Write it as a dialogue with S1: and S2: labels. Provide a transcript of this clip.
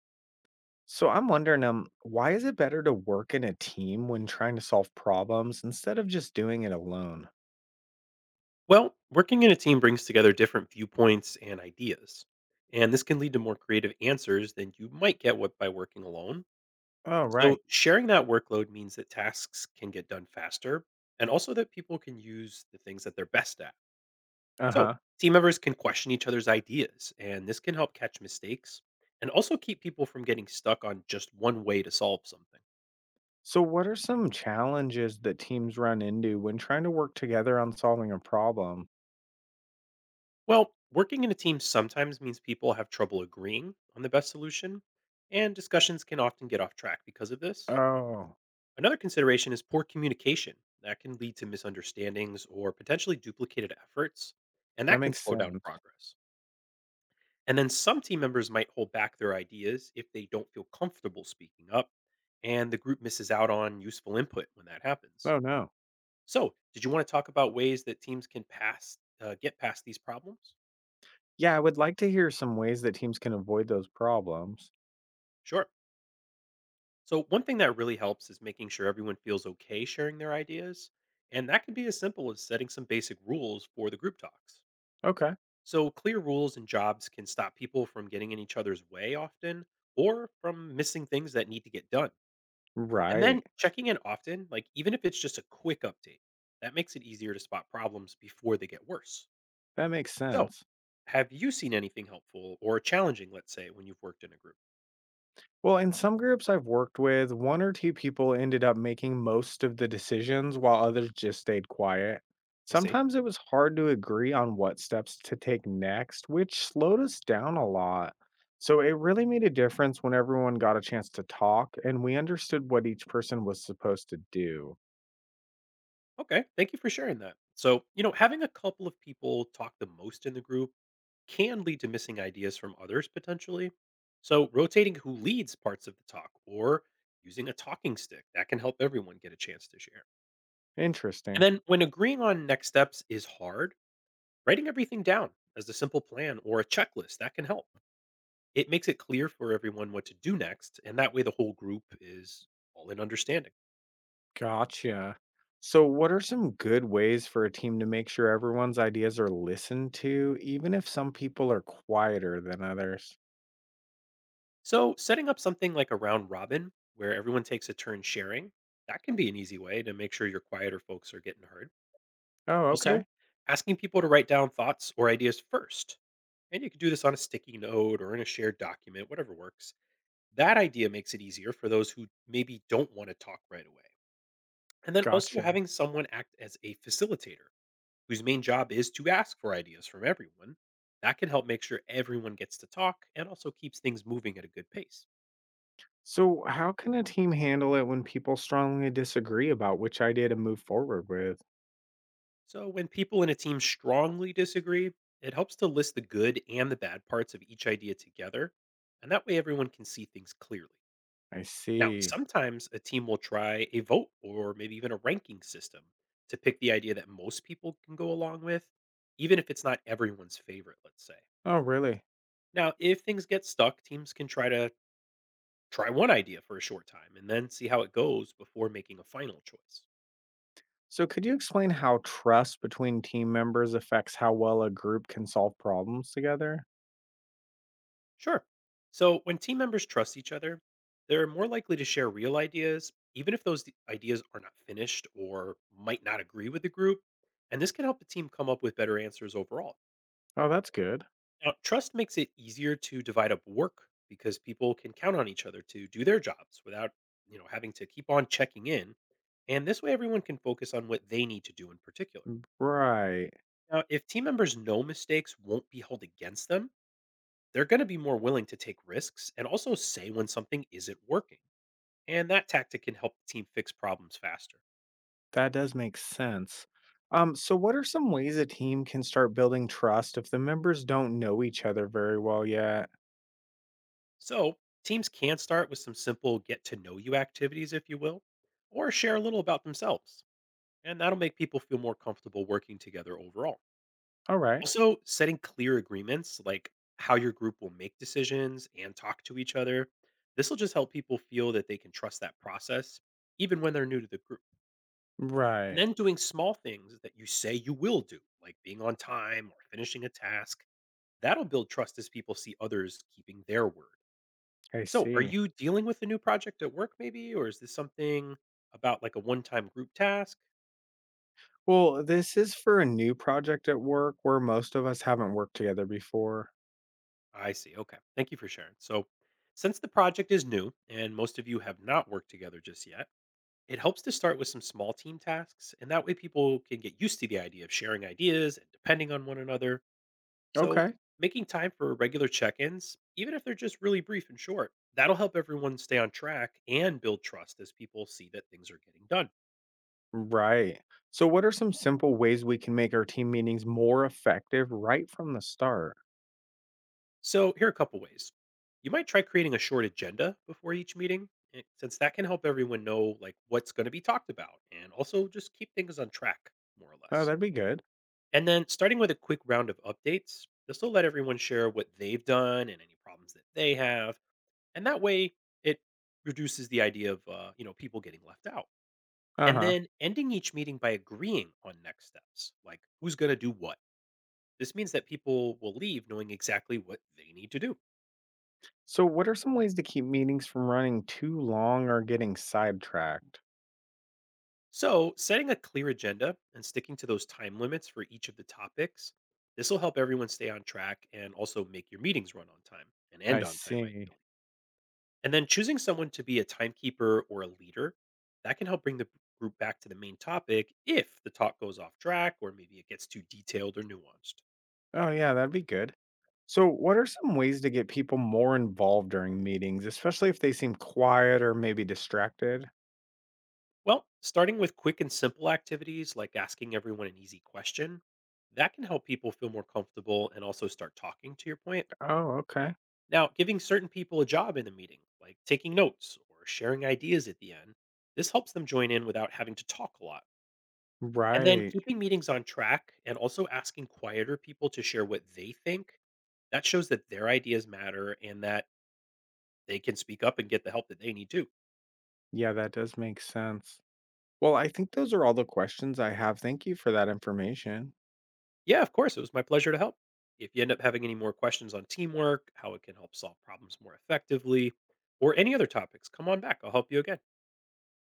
S1: So I'm wondering, why is it better to work in a team when trying to solve problems instead of just doing it alone?
S2: Well, working in a team brings together different viewpoints and ideas, and this can lead to more creative answers than you might get what by working alone.
S1: Oh,
S2: So,
S1: right.
S2: sharing that workload means that tasks can get done faster and also that people can use the things that they're best at.
S1: Uh
S2: So,
S1: huh.
S2: team members can question each other's ideas, and this can help catch mistakes and also keep people from getting stuck on just one way to solve something.
S1: So, what are some challenges that teams run into when trying to work together on solving a problem?
S2: Well, working in a team sometimes means people have trouble agreeing on the best solution, and discussions can often get off track because of this.
S1: Oh,
S2: Another consideration is poor communication. That can lead to misunderstandings or potentially duplicated efforts, and
S1: that
S2: that can
S1: makes
S2: slow down
S1: sense.
S2: progress. And then some team members might hold back their ideas if they don't feel comfortable speaking up, and the group misses out on useful input when that happens.
S1: Oh, no.
S2: So, did you want to talk about ways that teams can pass get past these problems?
S1: Yeah, I would like to hear some ways that teams can avoid those problems.
S2: Sure. So, one thing that really helps is making sure everyone feels okay sharing their ideas. And that can be as simple as setting some basic rules for the group talks.
S1: Okay.
S2: So, clear rules and jobs can stop people from getting in each other's way often or from missing things that need to get done. And
S1: Right.
S2: then checking in often, like even if it's just a quick update, that makes it easier to spot problems before they get worse.
S1: That makes
S2: So,
S1: sense.
S2: have you seen anything helpful or challenging, let's say, when you've worked in a group?
S1: Well, in some groups I've worked with, one or two people ended up making most of the decisions while others just stayed quiet.
S2: I see.
S1: Sometimes it was hard to agree on what steps to take next, which slowed us down a lot. So it really made a difference when everyone got a chance to talk and we understood what each person was supposed to do.
S2: Okay, thank you for sharing that. So, you know, having a couple of people talk the most in the group can lead to missing ideas from others potentially. So, rotating who leads parts of the talk or using a talking stick that can help everyone get a chance to share. And
S1: Interesting.
S2: then, when agreeing on next steps is hard, writing everything down as a simple plan or a checklist that can help. It makes it clear for everyone what to do next, and that way the whole group is all in understanding.
S1: Gotcha. So, what are some good ways for a team to make sure everyone's ideas are listened to, even if some people are quieter than others?
S2: So, setting up something like a round robin where everyone takes a turn sharing, that can be an easy way to make sure your quieter folks are getting heard.
S1: Oh,
S2: Also,
S1: okay.
S2: asking people to write down thoughts or ideas first. And you can do this on a sticky note or in a shared document, whatever works. That idea makes it easier for those who maybe don't want to talk right away. And then also
S1: Gotcha.
S2: having someone act as a facilitator whose main job is to ask for ideas from everyone. That can help make sure everyone gets to talk and also keeps things moving at a good pace.
S1: So, how can a team handle it when people strongly disagree about which idea to move forward with?
S2: So, when people in a team strongly disagree, it helps to list the good and the bad parts of each idea together. And that way, everyone can see things clearly.
S1: I
S2: Now,
S1: see.
S2: sometimes a team will try a vote or maybe even a ranking system to pick the idea that most people can go along with, even if it's not everyone's favorite, let's say.
S1: Oh, really?
S2: Now, if things get stuck, teams can try one idea for a short time and then see how it goes before making a final choice.
S1: So, could you explain how trust between team members affects how well a group can solve problems together?
S2: Sure. So when team members trust each other, they're more likely to share real ideas, even if ideas are not finished or might not agree with the group. And this can help the team come up with better answers overall.
S1: Oh, that's good.
S2: Now, trust makes it easier to divide up work because people can count on each other to do their jobs without, you know, having to keep on checking in. And this way everyone can focus on what they need to do in particular.
S1: Right.
S2: Now, if team members know mistakes won't be held against them, they're going to be more willing to take risks and also say when something isn't working. And that tactic can help the team fix problems faster.
S1: That does make sense. So what are some ways a team can start building trust if the members don't know each other very well yet?
S2: So, teams can start with some simple get to know you activities, if you will, or share a little about themselves. And that'll make people feel more comfortable working together overall.
S1: All right.
S2: Also, setting clear agreements like how your group will make decisions and talk to each other. This will just help people feel that they can trust that process, even when they're new to the group. And
S1: Right.
S2: then doing small things that you say you will do, like being on time or finishing a task, that'll build trust as people see others keeping their word.
S1: I
S2: So, are
S1: see.
S2: you dealing with a new project at work, maybe? Or is this something about like a one time group task?
S1: Well, this is for a new project at work where most of us haven't worked together before.
S2: I see. Okay. Thank you for sharing. So, since the project is new and most of you have not worked together just yet, it helps to start with some small team tasks. And that way, people can get used to the idea of sharing ideas and depending on one another. So,
S1: Okay.
S2: making time for regular check ins, even if they're just really brief and short, that'll help everyone stay on track and build trust as people see that things are getting done.
S1: Right. So, what are some simple ways we can make our team meetings more effective right from the start?
S2: So, here are a couple ways. You might try creating a short agenda before each meeting, since that can help everyone know like what's going to be talked about and also just keep things on track more or
S1: Oh,
S2: less.
S1: that'd be good.
S2: And then starting with a quick round of updates, this will let everyone share what they've done and any problems that they have, and that way it reduces the idea of you know people getting left out.
S1: Uh
S2: And
S1: huh.
S2: then ending each meeting by agreeing on next steps, like who's going to do what. This means that people will leave knowing exactly what they need to do.
S1: So, what are some ways to keep meetings from running too long or getting sidetracked?
S2: So, setting a clear agenda and sticking to those time limits for each of the topics, this will help everyone stay on track and also make your meetings run on time and
S1: I
S2: end on time,
S1: see.
S2: ideally. And then choosing someone to be a timekeeper or a leader, that can help bring the group back to the main topic if the talk goes off track or maybe it gets too detailed or nuanced.
S1: Oh, yeah, that'd be good. So, what are some ways to get people more involved during meetings, especially if they seem quiet or maybe distracted?
S2: Well, starting with quick and simple activities like asking everyone an easy question, that can help people feel more comfortable and also start talking to your point.
S1: Oh, okay.
S2: Now, giving certain people a job in the meeting, like taking notes or sharing ideas at the end, this helps them join in without having to talk a lot. And then
S1: Right.
S2: keeping meetings on track and also asking quieter people to share what they think, that shows that their ideas matter and that they can speak up and get the help that they need too.
S1: Yeah, that does make sense. Well, I think those are all the questions I have. Thank you for that information.
S2: Yeah, of course. It was my pleasure to help. If you end up having any more questions on teamwork, how it can help solve problems more effectively, or any other topics, come on back. I'll help you again.